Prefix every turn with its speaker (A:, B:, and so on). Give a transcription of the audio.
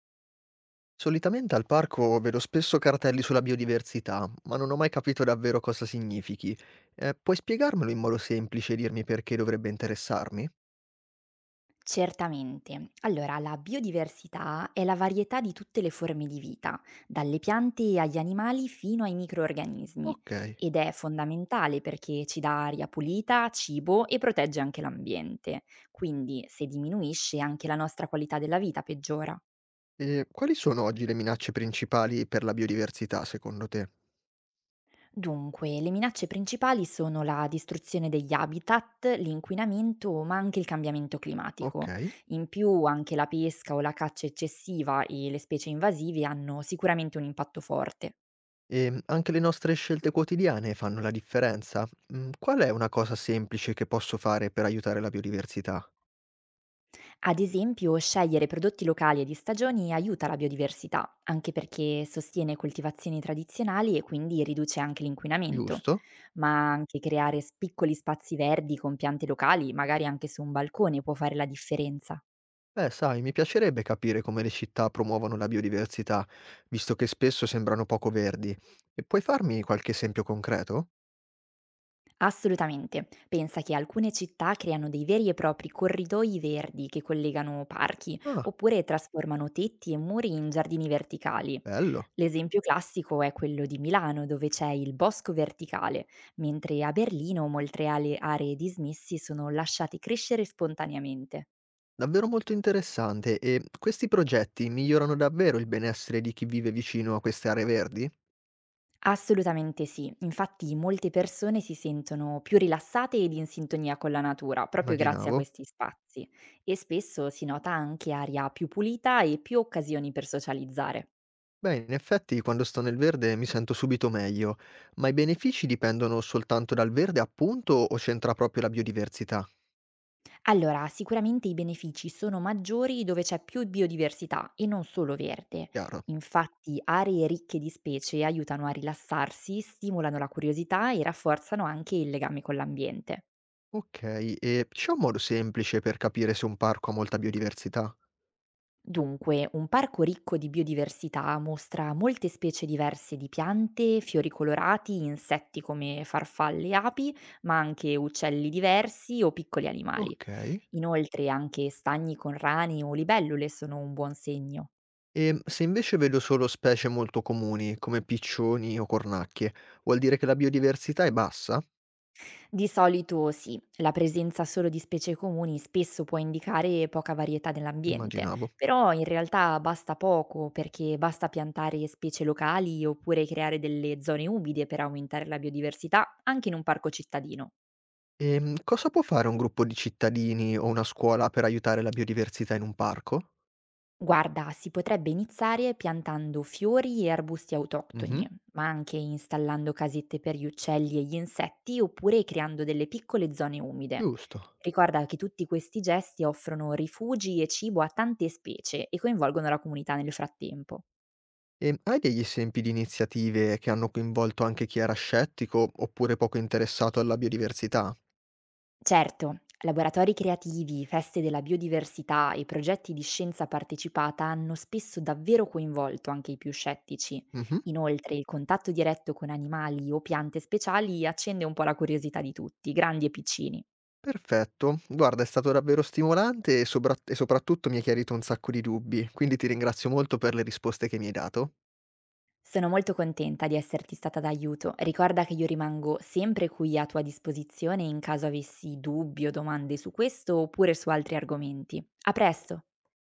A: Solitamente al parco vedo spesso cartelli sulla biodiversità, ma non ho mai capito davvero cosa significhi. Puoi spiegarmelo in modo semplice e dirmi perché dovrebbe interessarmi?
B: Certamente. Allora, la biodiversità è la varietà di tutte le forme di vita, dalle piante agli animali fino ai microorganismi,
A: Ok.
B: ed è fondamentale perché ci dà aria pulita, cibo e protegge anche l'ambiente. Quindi, se diminuisce, anche la nostra qualità della vita peggiora.
A: E quali sono oggi le minacce principali per la biodiversità, secondo te?
B: Dunque, le minacce principali sono la distruzione degli habitat, l'inquinamento, ma anche il cambiamento climatico.
A: Ok.
B: In più, anche la pesca o la caccia eccessiva e le specie invasive hanno sicuramente un impatto forte.
A: E anche le nostre scelte quotidiane fanno la differenza? Qual è una cosa semplice che posso fare per aiutare la biodiversità?
B: Ad esempio, scegliere prodotti locali e di stagioni aiuta la biodiversità, anche perché sostiene coltivazioni tradizionali e quindi riduce anche l'inquinamento.
A: Giusto?
B: Ma anche creare piccoli spazi verdi con piante locali, magari anche su un balcone, può fare la differenza.
A: Beh, sai, mi piacerebbe capire come le città promuovono la biodiversità, visto che spesso sembrano poco verdi. E puoi farmi qualche esempio concreto?
B: Assolutamente. Pensa che alcune città creano dei veri e propri corridoi verdi che collegano parchi,
A: Ah,
B: oppure trasformano tetti e muri in giardini verticali.
A: bello,
B: L'esempio classico è quello di Milano, dove c'è il bosco verticale, mentre a Berlino molte aree dismessi sono lasciate crescere spontaneamente.
A: davvero molto interessante. E questi progetti migliorano davvero il benessere di chi vive vicino a queste aree verdi?
B: Assolutamente sì. Infatti molte persone si sentono più rilassate ed in sintonia con la natura, proprio grazie a
A: Immaginavo.
B: questi spazi. E spesso si nota anche aria più pulita e più occasioni per socializzare.
A: Beh, in effetti, quando sto nel verde mi sento subito meglio, ma i benefici dipendono soltanto dal verde, appunto, o c'entra proprio la biodiversità?
B: Allora, sicuramente i benefici sono maggiori dove c'è più biodiversità e non solo verde.
A: Chiaro.
B: Infatti aree ricche di specie aiutano a rilassarsi, stimolano la curiosità e rafforzano anche il legame con l'ambiente.
A: Ok, e c'è un modo semplice per capire se un parco ha molta biodiversità?
B: Dunque, un parco ricco di biodiversità mostra molte specie diverse di piante, fiori colorati, insetti come farfalle e api, ma anche uccelli diversi o piccoli animali.
A: Okay.
B: Inoltre anche stagni con rani o libellule sono un buon segno.
A: Se invece vedo solo specie molto comuni, come piccioni o cornacchie, vuol dire che la biodiversità è bassa?
B: Di solito sì, la presenza solo di specie comuni spesso può indicare poca varietà nell'ambiente,
A: Immaginavo.
B: però in realtà basta poco perché basta piantare specie locali oppure creare delle zone umide per aumentare la biodiversità anche in un parco cittadino.
A: Cosa può fare un gruppo di cittadini o una scuola per aiutare la biodiversità in un parco?
B: Guarda, si potrebbe iniziare piantando fiori e arbusti
A: Mh-mh,
B: autoctoni, ma anche installando casette per gli uccelli e gli insetti oppure creando delle piccole zone umide.
A: giusto.
B: Ricorda che tutti questi gesti offrono rifugi e cibo a tante specie e coinvolgono la comunità nel frattempo.
A: Hai degli esempi di iniziative che hanno coinvolto anche chi era scettico oppure poco interessato alla biodiversità?
B: Certo, laboratori creativi, feste della biodiversità e progetti di scienza partecipata hanno spesso davvero coinvolto anche i più scettici.
A: Mh-mh.
B: Inoltre, il contatto diretto con animali o piante speciali accende un po' la curiosità di tutti, grandi e piccini.
A: Perfetto. Guarda, è stato davvero stimolante e soprattutto mi hai chiarito un sacco di dubbi, quindi ti ringrazio molto per le risposte che mi hai dato.
B: Sono molto contenta di esserti stata d'aiuto. Ricorda che io rimango sempre qui a tua disposizione in caso avessi dubbi o domande su questo oppure su altri argomenti. A presto!